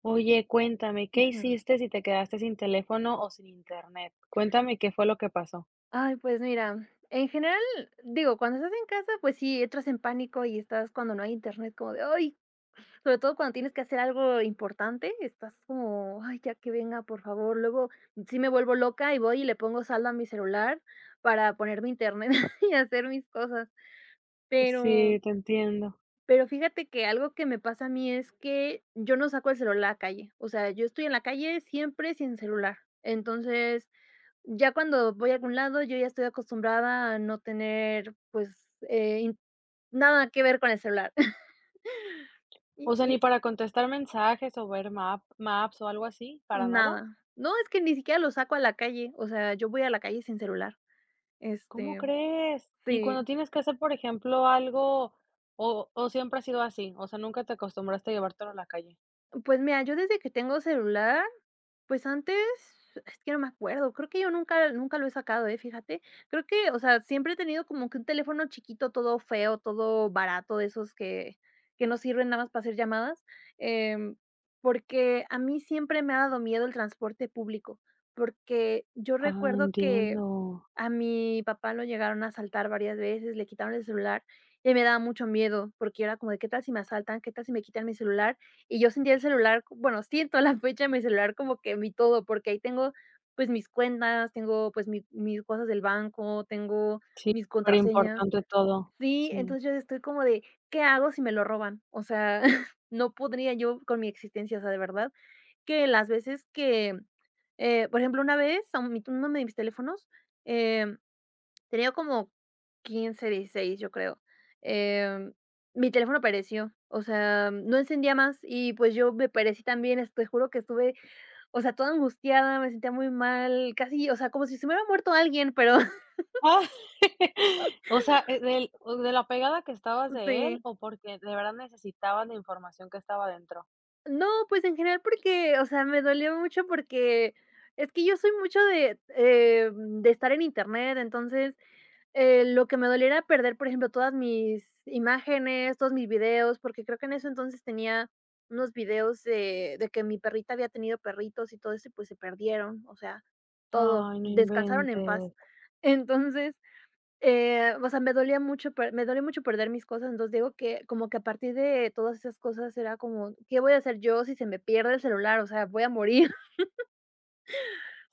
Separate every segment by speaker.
Speaker 1: Oye, cuéntame, ¿qué
Speaker 2: Ujú.
Speaker 1: hiciste si te quedaste sin teléfono o sin internet? Cuéntame qué fue lo que pasó.
Speaker 2: Ay, pues mira, en general, digo, cuando estás en casa, pues sí, entras en pánico y estás cuando no hay internet, como de, ay, sobre todo cuando tienes que hacer algo importante, estás como, ay, ya que venga, por favor. Luego sí me vuelvo loca y voy y le pongo saldo a mi celular para ponerme internet y hacer mis cosas. Pero,
Speaker 1: Sí, te entiendo.
Speaker 2: pero fíjate que algo que me pasa a mí es que yo no saco el celular a la calle. O sea, yo estoy en la calle siempre sin celular. Entonces, ya cuando voy a algún lado, yo ya estoy acostumbrada a no tener, pues, in nada que ver con el celular. Y
Speaker 1: O sea, ni
Speaker 2: y
Speaker 1: para contestar mensajes o ver maps o algo así, para nada.
Speaker 2: nada. No, es que ni siquiera lo saco a la calle, o sea, yo voy a la calle sin celular.
Speaker 1: ¿Cómo
Speaker 2: Este,
Speaker 1: crees? Y cuando
Speaker 2: sí.
Speaker 1: tienes que hacer, por ejemplo, algo, o siempre ha sido así, o sea, nunca te acostumbraste a llevártelo a la calle.
Speaker 2: Pues mira, yo desde que tengo celular, pues antes, es que no me acuerdo, creo que yo nunca nunca lo he sacado, fíjate. Creo que, o sea, siempre he tenido como que un teléfono chiquito, todo feo, todo barato, de esos que no sirven nada más para hacer llamadas, em, porque a mí siempre me ha dado miedo el transporte público, porque yo
Speaker 1: Ah,
Speaker 2: recuerdo que
Speaker 1: entiendo.
Speaker 2: a mi papá lo llegaron a asaltar varias veces, le quitaron el celular, y a mí me daba mucho miedo, porque era como de, ¿qué tal si me asaltan? ¿Qué tal si me quitan mi celular? Y yo sentía el celular, bueno, siento a la fecha mi celular como que mi todo, porque ahí tengo, pues, mis cuentas, tengo, pues, mi mis cosas del banco, tengo
Speaker 1: Sí,
Speaker 2: mis
Speaker 1: súper
Speaker 2: contraseñas.
Speaker 1: importante todo.
Speaker 2: Sí,
Speaker 1: Sí.
Speaker 2: entonces yo estoy como de, ¿qué hago si me lo roban? O sea, no podría yo con mi existencia, o sea, de verdad que las veces que, por ejemplo, una vez, a mi uno de mis teléfonos, eh tenía como 15 16 yo creo. Em, mi teléfono pereció, o sea, no encendía más y pues yo me perecí también, te juro que estuve, o sea, toda angustiada, me sentía muy mal, casi, o sea, como si se me hubiera muerto alguien, pero
Speaker 1: Ah, o sea, del o de la pegada que estabas de él,
Speaker 2: sí.
Speaker 1: o porque de verdad necesitaban la información que estaba dentro.
Speaker 2: No, pues en general porque, o sea, me dolió mucho porque es que yo soy mucho de estar en internet. Entonces, lo que me doliera perder, por ejemplo, todas mis imágenes, todos mis videos, porque creo que en eso entonces tenía unos videos de que mi perrita había tenido perritos y todo eso, y pues se perdieron, o sea, todo,
Speaker 1: Ay, no
Speaker 2: descansaron en paz.
Speaker 1: inventes.
Speaker 2: Entonces, o sea, me dolió mucho perder mis cosas. Entonces digo que como que a partir de todas esas cosas era como, ¿qué voy a hacer yo si se me pierde el celular? O sea, voy a morir.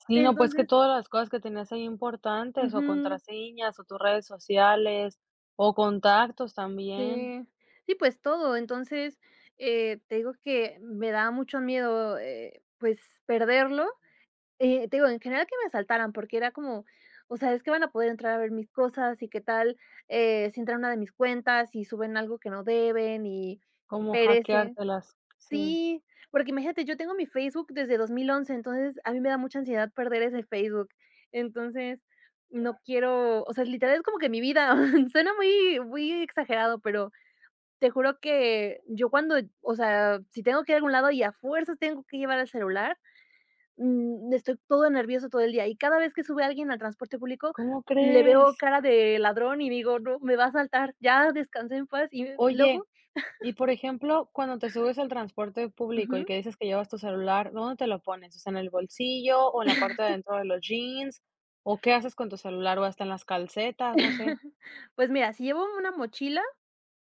Speaker 1: Sí, no, pues, que
Speaker 2: Entonces,
Speaker 1: todas las cosas que tenías ahí importantes, o
Speaker 2: ujú.
Speaker 1: contraseñas, o tus redes sociales, o contactos también,
Speaker 2: Sí, sí, pues todo. Entonces, te digo que me daba mucho miedo, pues perderlo. Te digo, en general que me asaltaran, porque era como, o sea, es que van a poder entrar a ver mis cosas y qué tal si entran a una de mis cuentas y suben algo que no deben y
Speaker 1: cómo
Speaker 2: perece.
Speaker 1: hackeártelas. Sí.
Speaker 2: Sí, porque imagínate, yo tengo mi Facebook desde 2011, entonces a mí me da mucha ansiedad perder ese Facebook. Entonces, no quiero, o sea, literal es como que mi vida, suena muy, muy exagerado, pero te juro que yo cuando, o sea, si tengo que ir a algún lado y a fuerzas tengo que llevar el celular, estoy todo nervioso todo el día. Y cada vez que sube alguien al transporte público,
Speaker 1: ¿Cómo
Speaker 2: le
Speaker 1: crees?
Speaker 2: veo cara de ladrón y digo: "No, me va a saltar, ya descansé en paz". Y
Speaker 1: Oye,
Speaker 2: luego,
Speaker 1: y por ejemplo, cuando te subes al transporte público y
Speaker 2: ujú.
Speaker 1: que dices que llevas tu celular, ¿dónde te lo pones? O sea, ¿en el bolsillo o en la parte de adentro de los jeans? ¿O qué haces con tu celular? ¿O hasta en las calcetas? No sé.
Speaker 2: Pues mira, si llevo una mochila,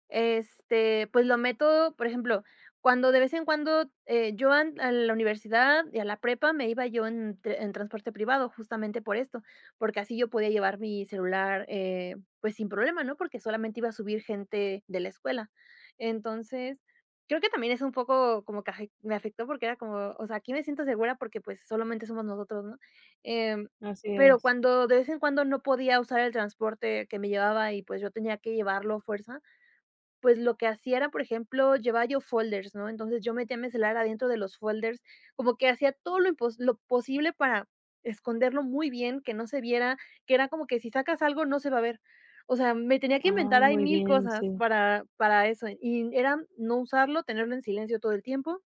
Speaker 2: este, pues, lo meto, por ejemplo, cuando de vez en cuando, yo an a la universidad y a la prepa me iba yo en transporte privado, justamente por esto, porque así yo podía llevar mi celular, pues, sin problema, ¿no? Porque solamente iba a subir gente de la escuela. Entonces, creo que también es un poco como que afe me afectó porque era como, o sea, aquí me siento segura porque, pues, solamente somos nosotros, ¿no? Em,
Speaker 1: Así
Speaker 2: pero
Speaker 1: es.
Speaker 2: cuando de vez en cuando no podía usar el transporte que me llevaba y, pues, yo tenía que llevarlo a fuerza, pues, lo que hacía era, por ejemplo, llevaba yo folders, ¿no? Entonces, yo metía mi celular adentro de los folders, como que hacía todo lo posible para esconderlo muy bien, que no se viera, que era como que si sacas algo no se va a ver. O sea, me tenía que inventar
Speaker 1: Ay,
Speaker 2: ahí
Speaker 1: muy
Speaker 2: mil
Speaker 1: bien,
Speaker 2: cosas
Speaker 1: sí.
Speaker 2: para eso, y era no usarlo, tenerlo en silencio todo el tiempo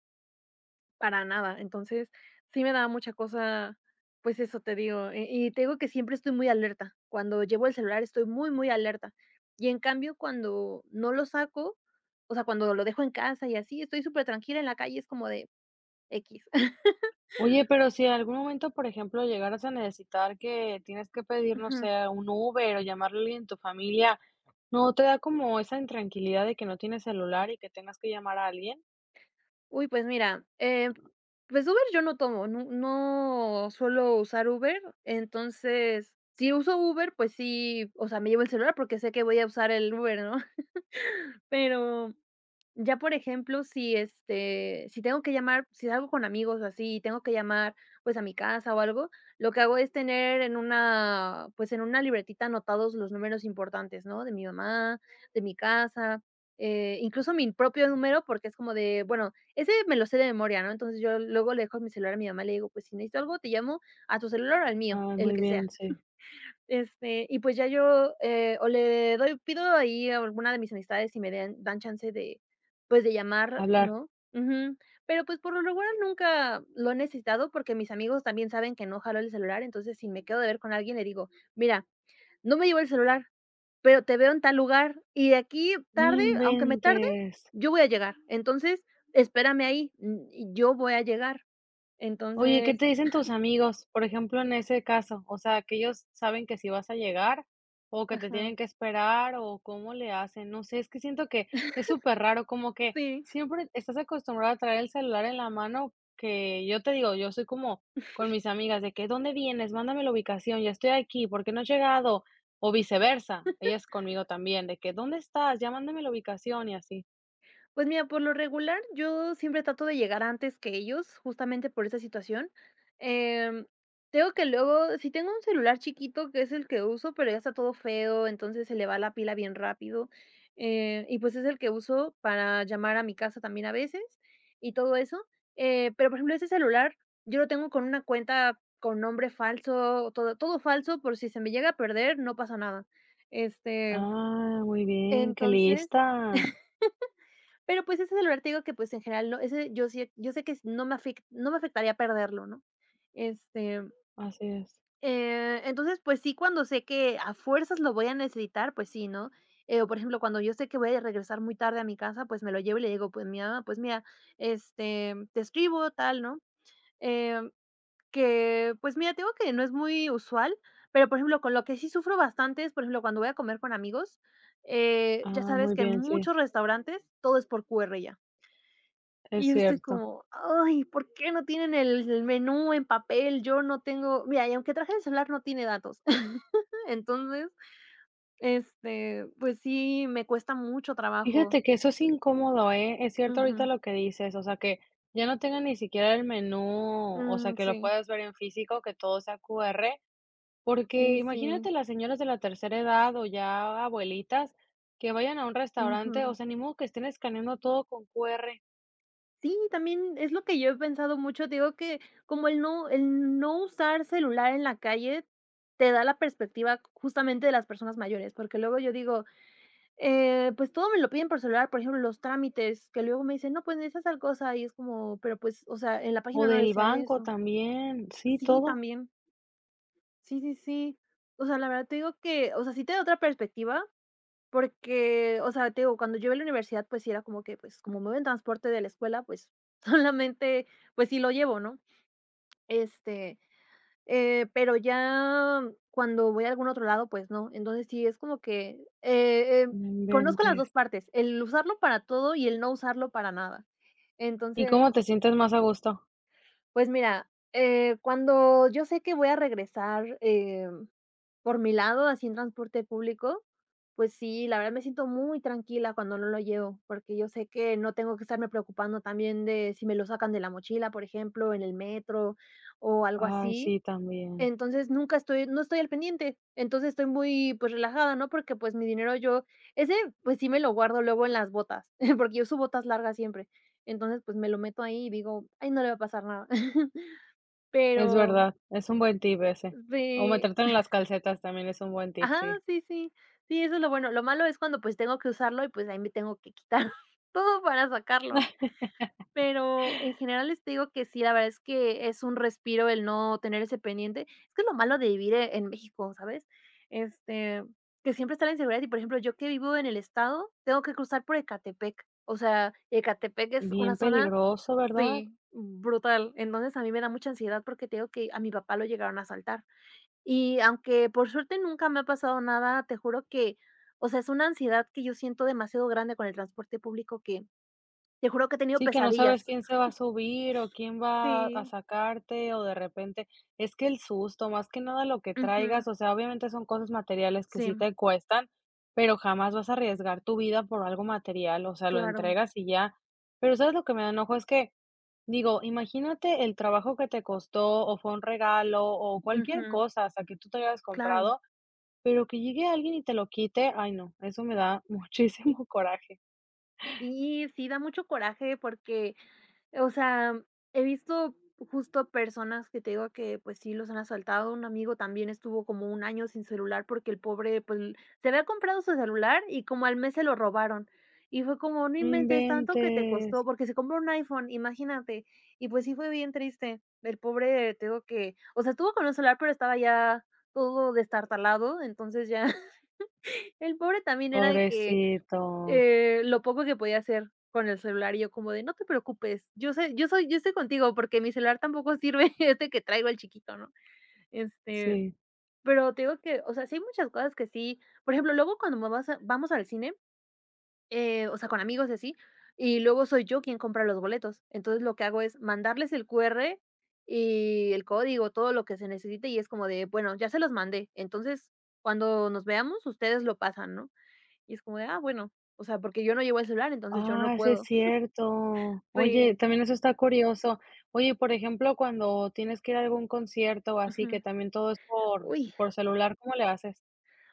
Speaker 2: para nada. Entonces, sí me daba mucha cosa, pues eso te digo, y te digo que siempre estoy muy alerta. Cuando llevo el celular estoy muy, muy alerta. Y en cambio, cuando no lo saco, o sea, cuando lo dejo en casa y así, estoy súper tranquila en la calle, es como de equis.
Speaker 1: Oye, pero si en algún momento, por ejemplo, llegaras a necesitar que tienes que pedir, no
Speaker 2: Ujú.
Speaker 1: sé, un Uber o llamarle a alguien de tu familia, ¿no te da como esa intranquilidad de que no tienes celular y que tengas que llamar a alguien?
Speaker 2: Uy, pues mira, pues Uber yo no tomo, no suelo usar Uber. Entonces, si uso Uber, pues sí, o sea, me llevo el celular porque sé que voy a usar el Uber, ¿no? Pero ya, por ejemplo, si, este, si tengo que llamar, si salgo con amigos o así, y tengo que llamar, pues, a mi casa o algo, lo que hago es tener en una, pues, en una libretita anotados los números importantes, ¿no? De mi mamá, de mi casa, incluso mi propio número, porque es como de, bueno, ese me lo sé de memoria, ¿no? Entonces, yo luego le dejo mi celular a mi mamá, y le digo: "Pues, si necesito algo, te llamo a tu celular o al mío,
Speaker 1: Ay,
Speaker 2: el
Speaker 1: muy
Speaker 2: que sea".
Speaker 1: bien, sí.
Speaker 2: Este, y pues ya yo, o le doy pido ahí a alguna de mis amistades y me den dan chance de, pues, de llamar,
Speaker 1: Hablar.
Speaker 2: ¿no? Ujú. Pero, pues, por lo regular nunca lo he necesitado, porque mis amigos también saben que no jalo el celular. Entonces, si me quedo de ver con alguien, le digo: "Mira, no me llevo el celular, pero te veo en tal lugar, y de aquí
Speaker 1: No
Speaker 2: tarde, aunque me tarde,
Speaker 1: inventes.
Speaker 2: yo voy a llegar. Entonces, espérame ahí, mm, y yo voy a llegar".
Speaker 1: Oye, ¿qué
Speaker 2: Entonces,
Speaker 1: te dicen tus amigos? Por ejemplo, en ese caso, o sea, que ellos saben que si vas a llegar o que te
Speaker 2: ajá,
Speaker 1: tienen que esperar o cómo le hacen. No sé, es que siento que es súper raro, como que
Speaker 2: sí.
Speaker 1: siempre estás acostumbrado a traer el celular en la mano, que yo te digo, yo soy como con mis amigas de que, ¿dónde vienes? Mándame la ubicación, ya estoy aquí, ¿por qué no has llegado? O viceversa, ellas conmigo también, de que, ¿dónde estás? Ya mándame la ubicación y así.
Speaker 2: Pues mira, por lo regular, yo siempre trato de llegar antes que ellos, justamente por esa situación. Em, te que luego, si tengo un celular chiquito, que es el que uso, pero ya está todo feo, entonces se le va la pila bien rápido. Y pues es el que uso para llamar a mi casa también a veces y todo eso. Pero, por ejemplo, ese celular yo lo tengo con una cuenta con nombre falso, todo, todo falso, por si se me llega a perder, no pasa nada. Este,
Speaker 1: Ah, muy bien, qué
Speaker 2: entonces,
Speaker 1: lista.
Speaker 2: pero, pues, ese celular te digo que, pues, en general, no, ese yo sé que no me afectaría perderlo, ¿no? Este,
Speaker 1: Así es.
Speaker 2: entonces, pues sí, cuando sé que a fuerzas lo voy a necesitar, pues sí, ¿no? O, por ejemplo, cuando yo sé que voy a regresar muy tarde a mi casa, pues me lo llevo y le digo: pues mira, este, te escribo", tal, ¿no? Em, que, pues mira, te digo que no es muy usual, pero, por ejemplo, con lo que sí sufro bastante es, por ejemplo, cuando voy a comer con amigos, ya
Speaker 1: Ah,
Speaker 2: sabes
Speaker 1: muy
Speaker 2: que en
Speaker 1: bien, sí.
Speaker 2: muchos restaurantes todo es por QR ya.
Speaker 1: Es
Speaker 2: Y yo estoy
Speaker 1: cierto.
Speaker 2: como: "Ay, ¿por qué no tienen el menú en papel? Yo no tengo". Mira, y aunque traje el celular, no tiene datos. Entonces, este, pues sí, me cuesta mucho trabajo.
Speaker 1: Fíjate que eso es incómodo, ¿eh? Es cierto ahorita
Speaker 2: Ujú.
Speaker 1: lo que dices, o sea, que ya no tengan ni siquiera el menú, o sea,
Speaker 2: Mm,
Speaker 1: que lo
Speaker 2: sí,
Speaker 1: puedas ver en físico, que todo sea QR, porque
Speaker 2: sí,
Speaker 1: imagínate
Speaker 2: sí.
Speaker 1: las señoras de la tercera edad o ya abuelitas que vayan a un restaurante, o
Speaker 2: Ujú.
Speaker 1: sea, ni modo que estén escaneando todo con QR,
Speaker 2: Sí, también es lo que yo he pensado mucho. Digo que como el no usar celular en la calle te da la perspectiva justamente de las personas mayores, porque luego yo digo pues todo me lo piden por celular, por ejemplo, los trámites, que luego me dicen: "No, pues necesitas tal cosa", y es como, pero pues, o sea, en la
Speaker 1: o
Speaker 2: página no
Speaker 1: del
Speaker 2: decía
Speaker 1: banco
Speaker 2: eso.
Speaker 1: también, sí,
Speaker 2: Sí,
Speaker 1: todo.
Speaker 2: también. Sí, sí, sí. O sea, la verdad te digo que, o sea, sí te da otra perspectiva, porque, o sea, te digo, cuando yo iba a la universidad, pues sí era como que, pues, como me voy en transporte de la escuela, pues solamente, pues sí lo llevo, ¿no? Este. Pero ya cuando voy a algún otro lado, pues no. Entonces sí es como que,
Speaker 1: No
Speaker 2: conozco las 2
Speaker 1: inventes.
Speaker 2: partes, el usarlo para todo y el no usarlo para nada.
Speaker 1: ¿Y
Speaker 2: Entonces,
Speaker 1: cómo te sientes más a gusto?
Speaker 2: pues mira, cuando yo sé que voy a regresar, por mi lado, así en transporte público, pues sí, la verdad me siento muy tranquila cuando no lo llevo, porque yo sé que no tengo que estarme preocupando también de si me lo sacan de la mochila, por ejemplo, en el metro o algo
Speaker 1: Ay,
Speaker 2: así.
Speaker 1: sí, también.
Speaker 2: Entonces, nunca estoy no estoy al pendiente. Entonces, estoy muy, pues, relajada, ¿no? Porque, pues, mi dinero yo ese, pues, sí me lo guardo luego en las botas, porque yo uso botas largas siempre. Entonces, pues, me lo meto ahí y digo: "Ay, no le va a pasar nada".
Speaker 1: Es
Speaker 2: Pero
Speaker 1: verdad, es un buen tip ese. O
Speaker 2: sí,
Speaker 1: meterte en las calcetas también es un buen tip,
Speaker 2: ajá,
Speaker 1: sí.
Speaker 2: sí, sí. Sí, eso es lo bueno. Lo malo es cuando, pues, tengo que usarlo y, pues, ahí me tengo que quitar todo para sacarlo, ¿no? Pero en general, les digo que sí, la verdad es que es un respiro el no tener ese pendiente. Es que es lo malo de vivir en México, ¿sabes? Este, que siempre está la inseguridad y, por ejemplo, yo que vivo en el estado, tengo que cruzar por Ecatepec. O sea, Ecatepec es una
Speaker 1: Bien
Speaker 2: zona
Speaker 1: peligroso, ¿verdad?
Speaker 2: sí, brutal. Entonces, a mí me da mucha ansiedad porque te digo que a mi papá lo llegaron a asaltar. Y aunque por suerte nunca me ha pasado nada, te juro que, o sea, es una ansiedad que yo siento demasiado grande con el transporte público que te juro que he tenido
Speaker 1: Sí, que no sabes
Speaker 2: pesadillas.
Speaker 1: quién se va a subir o quién va a
Speaker 2: Sí,
Speaker 1: sacarte o de repente es que el susto, más que nada lo que
Speaker 2: ujú,
Speaker 1: traigas, o sea, obviamente son cosas materiales que
Speaker 2: sí,
Speaker 1: sí te cuestan, pero jamás vas a arriesgar tu vida por algo material, o sea, lo
Speaker 2: claro,
Speaker 1: entregas y ya. Pero ¿sabes lo que me da enojo? Es que, digo, imagínate el trabajo que te costó o fue un regalo o cualquier
Speaker 2: ujú,
Speaker 1: cosa, hasta que tú te hayas
Speaker 2: claro.
Speaker 1: comprado, pero que llegue alguien y te lo quite, ay no, eso me da muchísimo coraje.
Speaker 2: Sí, sí, da mucho coraje porque, o sea, he visto justo personas que te digo que, pues, sí los han asaltado. Un amigo también estuvo como un año sin celular porque el pobre, pues, se había comprado su celular y como al mes se lo robaron. Y fue como, no
Speaker 1: No
Speaker 2: inventes, tanto que te costó,
Speaker 1: inventes.
Speaker 2: porque se compró un iPhone, imagínate. Y pues sí fue bien triste. El pobre, te digo que, o sea, estuvo con un celular, pero estaba ya todo destartalado, entonces ya. El pobre también era de que,
Speaker 1: Pobrecito,
Speaker 2: lo poco que podía hacer con el celular, y yo como de: "No te preocupes, yo sé yo soy yo estoy contigo, porque mi celular tampoco sirve, este que traigo, el chiquito", ¿no? Este,
Speaker 1: sí.
Speaker 2: pero te digo que, o sea, sí hay muchas cosas que sí, por ejemplo, luego cuando me vas a vamos al cine, o sea, con amigos y así, y luego soy yo quien compra los boletos. Entonces, lo que hago es mandarles el QR y el código, todo lo que se necesite, y es como de: "Bueno, ya se los mandé, entonces, cuando nos veamos, ustedes lo pasan", ¿no? Y es como de, ah, bueno, o sea, porque yo no llevo el celular, entonces yo no
Speaker 1: Ah, sí es
Speaker 2: puedo.
Speaker 1: cierto. Oye,
Speaker 2: Sí,
Speaker 1: también eso está curioso. Oye, por ejemplo, cuando tienes que ir a algún concierto o así, que
Speaker 2: ujú.
Speaker 1: también todo es por
Speaker 2: Uy,
Speaker 1: por celular, ¿cómo le haces?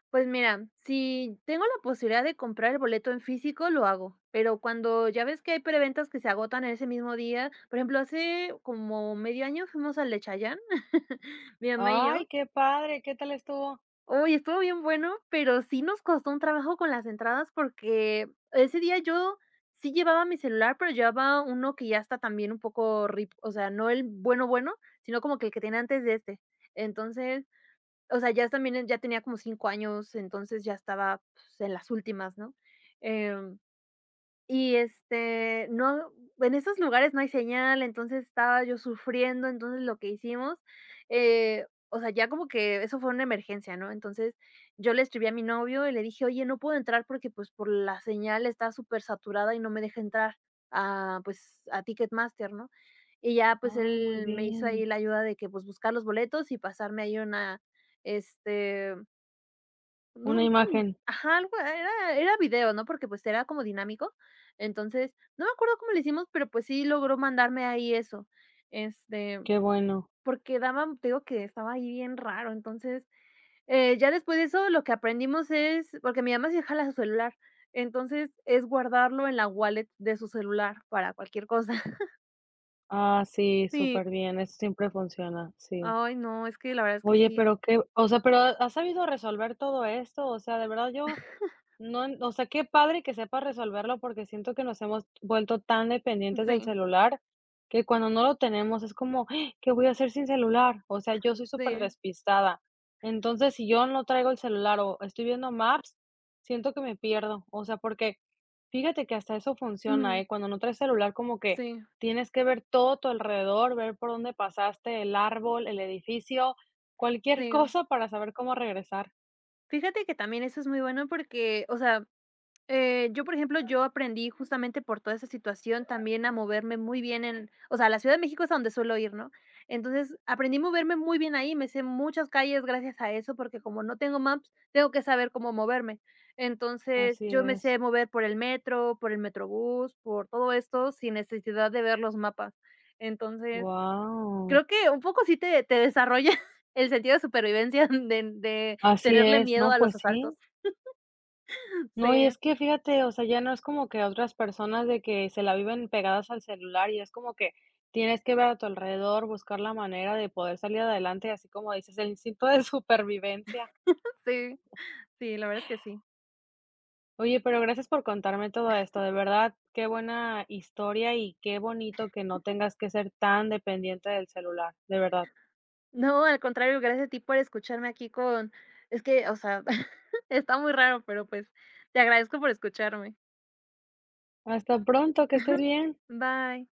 Speaker 2: pues mira, si tengo la posibilidad de comprar el boleto en físico, lo hago, pero cuando ya ves que hay preventas que se agotan en ese mismo día, por ejemplo, hace como medio año fuimos al de Chayanne, mi mamá y yo.
Speaker 1: Ay, qué padre, ¿qué tal estuvo?
Speaker 2: Uy, estuvo bien bueno, pero sí nos costó un trabajo con las entradas porque ese día yo sí llevaba mi celular, pero llevaba uno que ya está también un poco rip, o sea, no el bueno bueno, sino como que el que tenía antes de este. Entonces, o sea, ya tenía como 5 años, entonces ya estaba, pues, en las últimas, ¿no? Em y, este, no, en esos lugares no hay señal, entonces estaba yo sufriendo, entonces lo que hicimos, o sea, ya como que eso fue una emergencia, ¿no? Entonces, yo le escribí a mi novio y le dije: "Oye, no puedo entrar porque, pues, por la señal está súper saturada y no me deja entrar a, pues, a Ticketmaster", ¿no? Y ya, pues,
Speaker 1: Ay, muy
Speaker 2: él me hizo
Speaker 1: bien.
Speaker 2: ahí la ayuda de que, pues, buscar los boletos y pasarme ahí una, este, no,
Speaker 1: Una
Speaker 2: no fue un
Speaker 1: imagen,
Speaker 2: ajá, algo era video, ¿no? Porque, pues, era como dinámico. Entonces, no me acuerdo cómo le hicimos, pero, pues, sí logró mandarme ahí eso. Este,
Speaker 1: qué bueno.
Speaker 2: porque daban te digo que estaba ahí bien raro. Entonces, ya después de eso, lo que aprendimos es porque mi mamá sí jala su celular. Entonces, es guardarlo en la wallet de su celular para cualquier cosa.
Speaker 1: Ah, sí,
Speaker 2: Sí.
Speaker 1: súper bien, eso siempre funciona, sí.
Speaker 2: Ay, no, es que la verdad es que
Speaker 1: Oye,
Speaker 2: sí.
Speaker 1: pero qué o sea, pero, ¿has sabido resolver todo esto? O sea, de verdad yo. No, o sea, qué padre que sepa resolverlo, porque siento que nos hemos vuelto tan dependientes del
Speaker 2: Sí,
Speaker 1: celular que cuando no lo tenemos es como: "Ah, ¿qué voy a hacer sin celular?". O sea, yo soy súper
Speaker 2: sí.
Speaker 1: despistada. Entonces, si yo no traigo el celular o estoy viendo Maps, siento que me pierdo. O sea, porque fíjate que hasta eso funciona,
Speaker 2: Ujú.
Speaker 1: ¿eh? Cuando no traes celular, como que
Speaker 2: Sí,
Speaker 1: tienes que ver todo tu alrededor, ver por dónde pasaste, el árbol, el edificio, cualquier
Speaker 2: sí.
Speaker 1: cosa para saber cómo regresar.
Speaker 2: Fíjate que también eso es muy bueno porque, o sea, yo, por ejemplo, yo aprendí justamente por toda esa situación también a moverme muy bien en, o sea, la Ciudad de México es a donde suelo ir, ¿no? Entonces, aprendí a moverme muy bien ahí, me sé muchas calles gracias a eso, porque como no tengo maps, tengo que saber cómo moverme. Entonces,
Speaker 1: Así
Speaker 2: yo me
Speaker 1: es.
Speaker 2: sé mover por el metro, por el metrobús, por todo esto, sin necesidad de ver los mapas. Entonces,
Speaker 1: Wow.
Speaker 2: creo que un poco sí te desarrolla el sentido de supervivencia de
Speaker 1: Así
Speaker 2: tenerle
Speaker 1: es,
Speaker 2: miedo
Speaker 1: no,
Speaker 2: a los
Speaker 1: pues sí.
Speaker 2: asaltos.
Speaker 1: No, y
Speaker 2: Sí,
Speaker 1: es que fíjate, o sea, ya no es como que otras personas de que se la viven pegadas al celular y es como que tienes que ver a tu alrededor, buscar la manera de poder salir adelante, así como dices, el instinto de supervivencia.
Speaker 2: sí, sí, la verdad es que sí.
Speaker 1: Oye, pero gracias por contarme todo esto, de verdad, qué buena historia y qué bonito que no tengas que ser tan dependiente del celular, de verdad.
Speaker 2: No, al contrario, gracias a ti por escucharme aquí con, es que, o sea, está muy raro, pero, pues, te agradezco por escucharme.
Speaker 1: Hasta pronto, que estés bien.
Speaker 2: Bye.